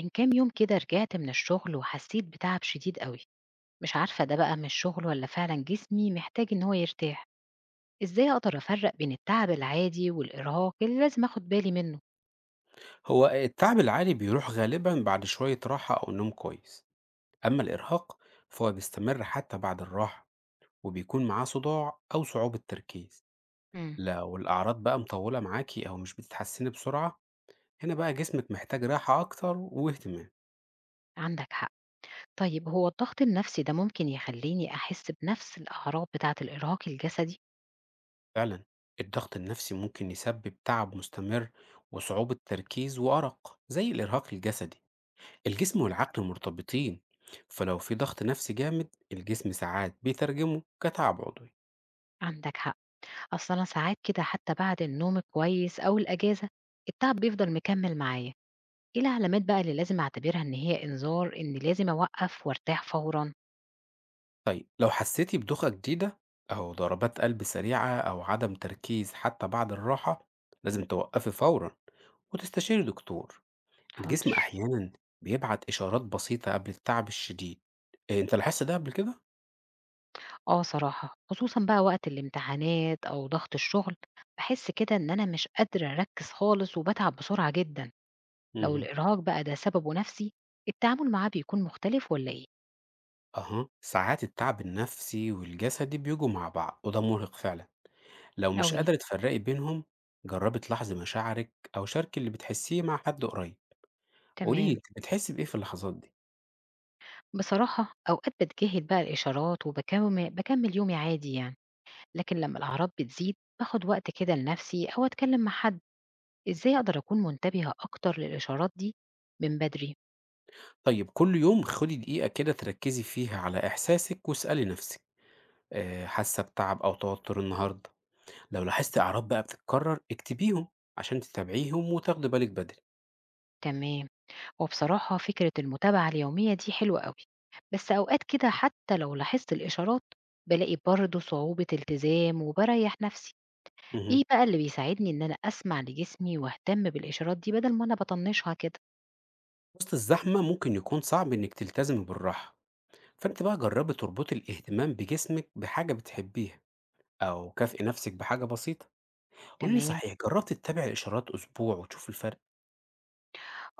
من كام يوم كده رجعت من الشغل وحسيت بتعب شديد قوي. مش عارفة ده بقى من الشغل ولا فعلا جسمي محتاج ان هو يرتاح. ازاي اقدر افرق بين التعب العادي والارهاق اللي لازم اخد بالي منه؟ هو التعب العالي بيروح غالبا بعد شوية راحة أو نوم كويس. أما الإرهاق فهو بيستمر حتى بعد الراحة، وبيكون معاه صداع أو صعوبة تركيز. مم. لو الأعراض بقى مطولة معاكي أو مش بتتحسني بسرعة، هنا بقى جسمك محتاج راحة أكتر واهتمام. عندك حق. طيب هو الضغط النفسي ده ممكن يخليني احس بنفس الاعراض بتاعة الارهاق الجسدي؟ فعلا الضغط النفسي ممكن يسبب تعب مستمر وصعوبة تركيز وأرق زي الإرهاق الجسدي. الجسم والعقل مرتبطين، فلو في ضغط نفسي جامد الجسم ساعات بيترجمه كتعب عضوي. عندك حق، اصل انا ساعات كده حتى بعد النوم كويس او الاجازة التعب بيفضل مكمل معايا. ايه العلامات بقى اللي لازم اعتبرها ان هي انذار ان لازم اوقف وارتاح فورا؟ طيب لو حسيتي بدوخة جديدة أو ضربات قلب سريعة أو عدم تركيز حتى بعد الراحة، لازم توقفي فورا وتستشيري دكتور. الجسم حاضر. أحيانا بيبعت إشارات بسيطة قبل التعب الشديد. إيه أنت لاحظت ده قبل كده؟ آه صراحة، خصوصًا بقى وقت الامتحانات أو ضغط الشغل، باحس كده إن أنا مش قادرة أركّز خالص وباتعب بسرعة جدًا. لو مهم. الإرهاق بقى ده سببه نفسي، التعامل معاه بيكون مختلف والّا إيه؟ أها، ساعات التعب النفسي والجسدي بيجوا مع بعض وده مرهق فعلا. لو مش أوي. قادرة تفرقي بينهم، جربي تلاحظي مشاعرك أو شاركي اللي بتحسيه مع حد قريب. قولي لي تمام. أنت بتحسي بإيه في اللحظات دي؟ بصراحة أوقات باتجاهل بقى الإشارات وباكم باكمّل يومي عادي يعني، لكن لمّا الأعراض بتزيد باخد وقت كده لنفسي أو أتكلم مع حد. إزاي أقدر أكون منتبهة أكتر للإشارات دي من بدري؟ طيب كل يوم خدي دقيقة كده تركزي فيها على إحساسِك، واسألي نفسِك، حاسة بتعب أو توتر النهارده؟ لو لاحظتِ أعراض بقى بتتكرر اكتبيهم عشان تتابعيهم وتاخدي بالِك بدري. تمام. هو بصراحة فكرة المتابعة اليومية دي حلوة قوي، بس أوقات كده حتى لو لاحظت الإشارات بلاقي برضه صعوبة التزام وبريح نفسي. اهم. إيه بقى اللي بيساعدني إن أنا أسمع لجسمي وأهتم بالإشارات دي بدل ما أنا بطنشها كده؟ وسط الزحمة ممكن يكون صعب إنِّك تلتزمي بالراحة، فأنتِ بقى جربي تربطي الاهتمام بجسمِك بحاجة بتحبيها أو كافئي نفسِك بحاجة بسيطة. قولي لي تمام. صحيح جربتِ تتابعي الإشارات أسبوع وتشوفي الفرق؟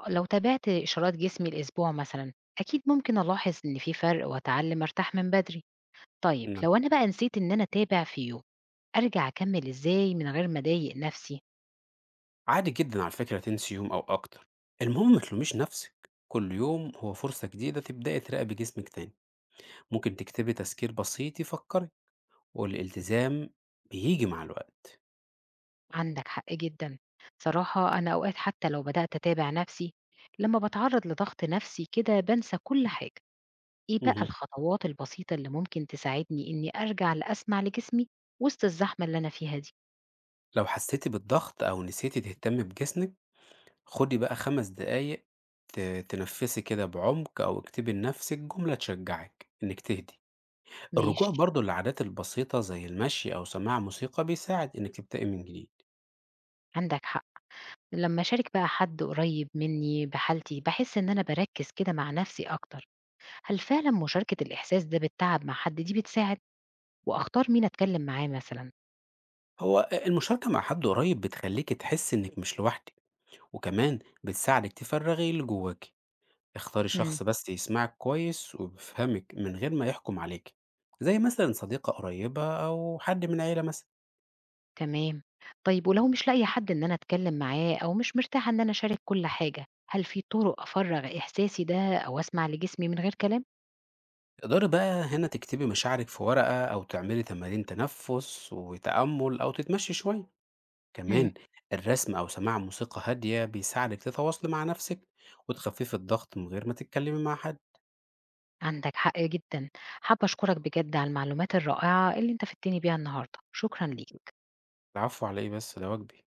لو تابعت إشارات جسمي الأسبوع مثلا أكيد ممكن ألاحظ إن في فرق وأتعلم أرتاح من بدري. طيب لو أنا بقى نسيت إن أنا أتابع في يوم أرجع أكمل إزاي من غير ما أضايق نفسي؟ عادي جدًا على فكرة تنسي يوم أو أكتر، المهم ما تلوميش نفسِك، كل يوم هو فرصة جديدة تبدئي تراقبي جسمِك تاني، ممكن تكتبي تذكير بسيط يفكرِك، والالتزام بييجي مع الوقت. عندك حق جدا. صراحة أنا أوقات حتى لو بدأت أتابع نفسي لما بتعرض لضغط نفسي كده بنسى كل حاجة. إيه بقى اهم. الخطوات البسيطة اللي ممكن تساعدني إني أرجع لأسمع لجسمي وسط الزحمة اللي أنا فيها دي؟ لو حسيتِ بالضغط أو نسيتِ تهتمي بجسمِك، خدي بقى 5 دقايق ت تنفّسي كده بعمق أو اكتبي لنفسِك جملة تشجعِك إنِّك تهدي. الرجوع ماشي. برضه للعادات البسيطة زي المشي أو سماع موسيقى بيساعد إنِّك تبدئي من جديد. عندك حق. لما أشارك بقى حد قريب مني بحالتي بحس إن أنا بركز كده مع نفسي أكتر. هل فعلا مشاركة الإحساس ده بالتعب مع حد دي بتساعد، وأختار مين أتكلم معاه مثلا؟ هو المشاركة مع حد قريب بتخلّيكِ تحسي إنِّك مش لوحدِك. وكمان بتساعدك تفرغي اللي جواك. اختاري شخص بس يسمعك كويس ويفهمك من غير ما يحكم عليك، زي مثلا صديقة قريبة أو حد من عيلة مثلا. تمام. طيب ولو مش لاقية حد إن أنا أتكلّم معاه أو مش مرتاحة إن أنا أشارك كل حاجة، هل في طُرق أفرّغ إحساسي ده أو أسمع لجسمي من غير كلام؟ تقدري بقى هنا تكتبي مشاعرك في ورقة أو تعملي تمارين تنفس وتأمل أو تتمشي شوية. إمم. كمان الرسم أو سماع موسيقى هادية بيساعدك تتواصلي مع نفسك وتخففي الضغط من غير ما تتكلمي مع حد. عندك حق جدًا. حابة أشكرك بجد على المعلومات الرائعة اللي أنت فدتني بيها النهارده، شكرًا ليك. العفو، على إيه بس، ده واجبي.